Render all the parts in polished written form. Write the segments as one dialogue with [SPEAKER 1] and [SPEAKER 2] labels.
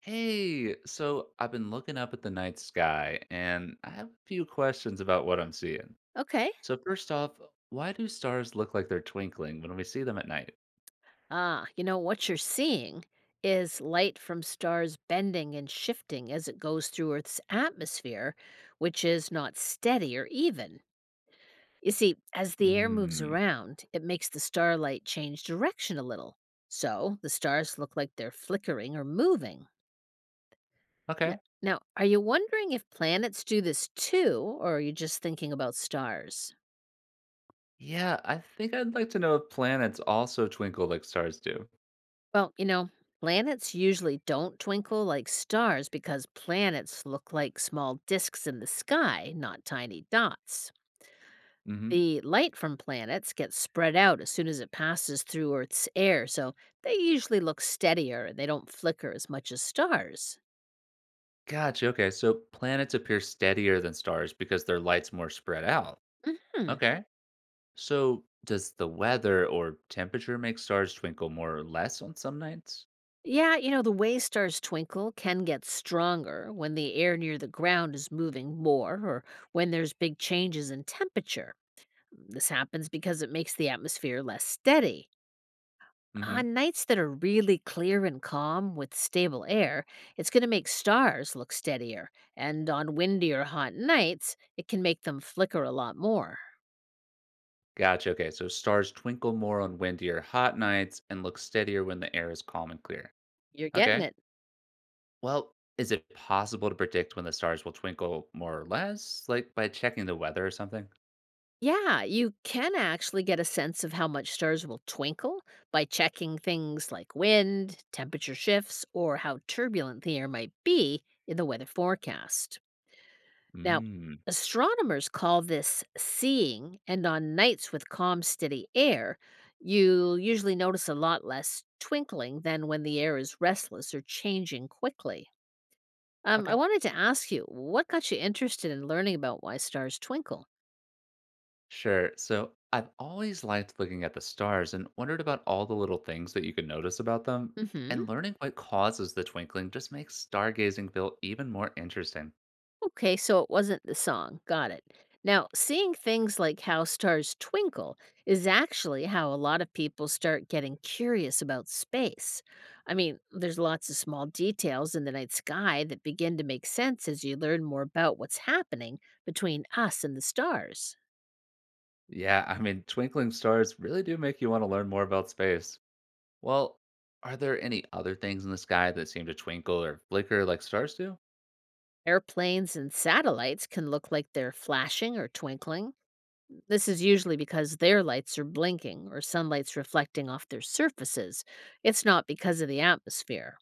[SPEAKER 1] Hey, so I've been looking up at the night sky and I have a few questions about what I'm seeing.
[SPEAKER 2] Okay.
[SPEAKER 1] So, first off, why do stars look like they're twinkling when we see them at night?
[SPEAKER 2] What you're seeing is light from stars bending and shifting as it goes through Earth's atmosphere, which is not steady or even. You see, as the air moves
[SPEAKER 1] Hmm.
[SPEAKER 2] around, it makes the starlight change direction a little. So the stars look like they're flickering or moving. Now,
[SPEAKER 1] Okay.
[SPEAKER 2] now, are you wondering if planets do this too, or are you just thinking about stars?
[SPEAKER 1] Yeah, I think I'd like to know if planets also twinkle like stars do.
[SPEAKER 2] Well, you know, Planets usually don't twinkle like stars because planets look like small disks in the sky, not tiny dots.
[SPEAKER 1] Hmm.
[SPEAKER 2] The light from planets gets spread out as soon as it passes through Earth's air, so they usually look steadier and they don't flicker as much as stars.
[SPEAKER 1] Gotcha. Okay. So, planets appear steadier than stars because their light's more spread out.
[SPEAKER 2] hmm
[SPEAKER 1] Okay. So, does the weather or temperature make stars twinkle more or less on some nights?
[SPEAKER 2] Yeah, the way stars twinkle can get stronger when the air near the ground is moving more or when there's big changes in temperature. This happens because it makes the atmosphere less steady. On nights that are really clear and calm with stable air, it's going to make stars look steadier, and on windy or hot nights, it can make them flicker a lot more.
[SPEAKER 1] Gotcha. Okay. So stars twinkle more on windy or hot nights and look steadier when the air is calm and clear.
[SPEAKER 2] You're getting
[SPEAKER 1] Okay.
[SPEAKER 2] it.
[SPEAKER 1] Well, is it possible to predict when the stars will twinkle more or less, like by checking the weather or something?
[SPEAKER 2] Yeah, you can actually get a sense of how much stars will twinkle by checking things like wind, temperature shifts, or how turbulent the air might be in the weather forecast. Now,
[SPEAKER 1] Mm.
[SPEAKER 2] astronomers call this seeing, and on nights with calm, steady air, you'll usually notice a lot less twinkling than when the air is restless or changing quickly. I
[SPEAKER 1] Okay.
[SPEAKER 2] wanted to ask you, what got you interested in learning about why stars twinkle?
[SPEAKER 1] Sure. So I've always liked looking at the stars and wondered about all the little things that you can notice about them.
[SPEAKER 2] hmm
[SPEAKER 1] And learning what causes the twinkling just makes stargazing feel even more interesting.
[SPEAKER 2] Okay, so it wasn't the song. Got it. Now, seeing things like how stars twinkle is actually how a lot of people start getting curious about space. I mean, there's lots of small details in the night sky that begin to make sense as you learn more about what's happening between us and the stars.
[SPEAKER 1] Yeah, I mean, twinkling stars really do make you want to learn more about space. Well, are there any other things in the sky that seem to twinkle or flicker like stars do?
[SPEAKER 2] Airplanes and satellites can look like they're flashing or twinkling. This is usually because their lights are blinking or sunlight's reflecting off their surfaces. It's not because of the atmosphere.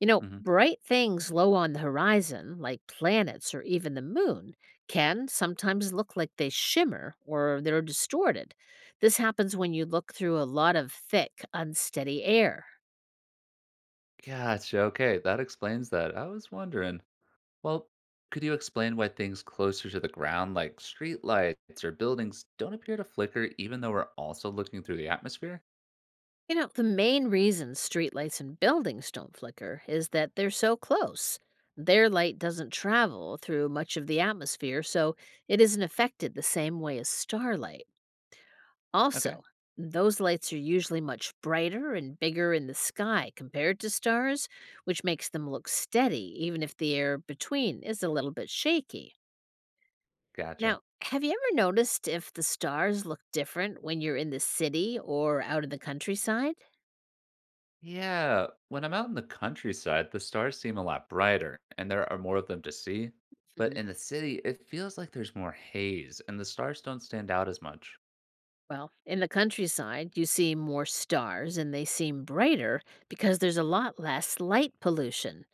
[SPEAKER 1] Hmm.
[SPEAKER 2] Bright things low on the horizon, like planets or even the moon, can sometimes look like they shimmer or they're distorted. This happens when you look through a lot of thick, unsteady air.
[SPEAKER 1] Gotcha. Okay, that explains that. I was wondering. Well, could you explain why things closer to the ground, like streetlights or buildings, don't appear to flicker even though we're also looking through the atmosphere?
[SPEAKER 2] The main reason streetlights and buildings don't flicker is that they're so close. Their light doesn't travel through much of the atmosphere, so it isn't affected the same way as starlight.
[SPEAKER 1] Okay,
[SPEAKER 2] Also, those lights are usually much brighter and bigger in the sky compared to stars, which makes them look steady, even if the air between is a little bit shaky.
[SPEAKER 1] gotcha.
[SPEAKER 2] Now, have you ever noticed if the stars look different when you're in the city or out in the countryside?
[SPEAKER 1] Yeah, when I'm out in the countryside, the stars seem a lot brighter and there are more of them to see. But
[SPEAKER 2] Mhm.
[SPEAKER 1] in the city, it feels like there's more haze and the stars don't stand out as much.
[SPEAKER 2] Well, in the countryside, you see more stars and they seem brighter because there's a lot less light pollution.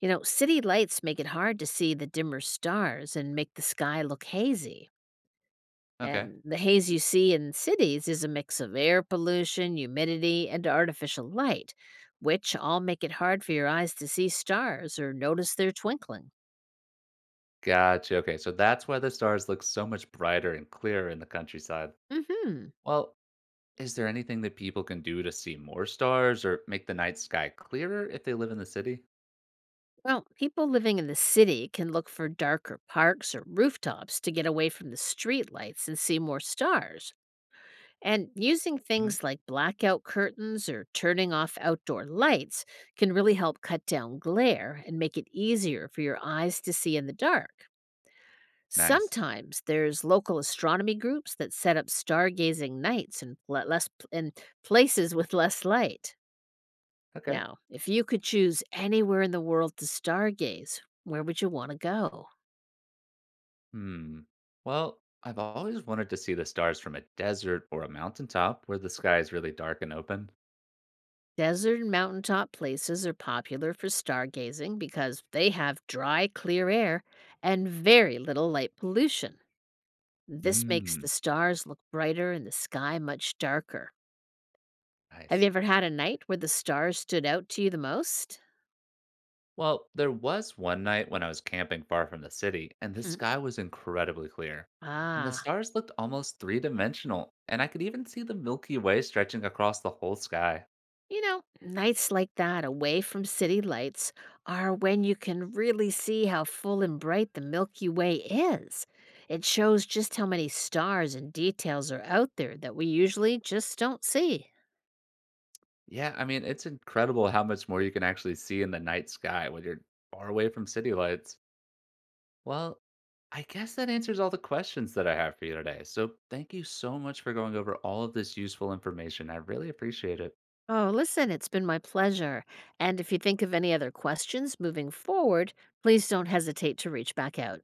[SPEAKER 2] City lights make it hard to see the dimmer stars and make the sky look hazy.
[SPEAKER 1] Okay.
[SPEAKER 2] And the haze you see in cities is a mix of air pollution, humidity, and artificial light, which all make it hard for your eyes to see stars or notice their twinkling.
[SPEAKER 1] Gotcha, okay, so that's why the stars look so much brighter and clearer in the countryside.
[SPEAKER 2] hmm
[SPEAKER 1] Well, is there anything that people can do to see more stars or make the night sky clearer if they live in the city?
[SPEAKER 2] Well, people living in the city can look for darker parks or rooftops to get away from the street lights and see more stars. And using
[SPEAKER 1] Mhm.
[SPEAKER 2] things like blackout curtains or turning off outdoor lights can really help cut down glare and make it easier for your eyes to see in the dark.
[SPEAKER 1] Nice.
[SPEAKER 2] Sometimes there's local astronomy groups that set up stargazing nights and less in places with less light.
[SPEAKER 1] Okay.
[SPEAKER 2] Now, if you could choose anywhere in the world to stargaze, where would you want to go?
[SPEAKER 1] Hmm. Well, I've always wanted to see the stars from a desert or a mountaintop where the sky is really dark and open.
[SPEAKER 2] Desert and mountaintop places are popular for stargazing because they have dry, clear air and very little light pollution. This makes the
[SPEAKER 1] Hmm.
[SPEAKER 2] stars look brighter and the sky much darker. Have you
[SPEAKER 1] Nice.
[SPEAKER 2] ever had a night where the stars stood out to you the most?
[SPEAKER 1] Well, there was one night when I was camping far from the city, and the
[SPEAKER 2] Mhm.
[SPEAKER 1] sky was incredibly clear. And the
[SPEAKER 2] Ah,
[SPEAKER 1] stars looked almost three dimensional, and I could even see the Milky Way stretching across the whole sky.
[SPEAKER 2] Nights like that away from city lights are when you can really see how full and bright the Milky Way is. It shows just how many stars and details are out there that we usually just don't see.
[SPEAKER 1] Yeah, I mean, it's incredible how much more you can actually see in the night sky when you're far away from city lights. Well, I guess that answers all the questions that I have for you today. So thank you so much for going over all of this useful information. I really appreciate it.
[SPEAKER 2] Oh, listen, it's been my pleasure. And if you think of any other questions moving forward, please don't hesitate to reach back out.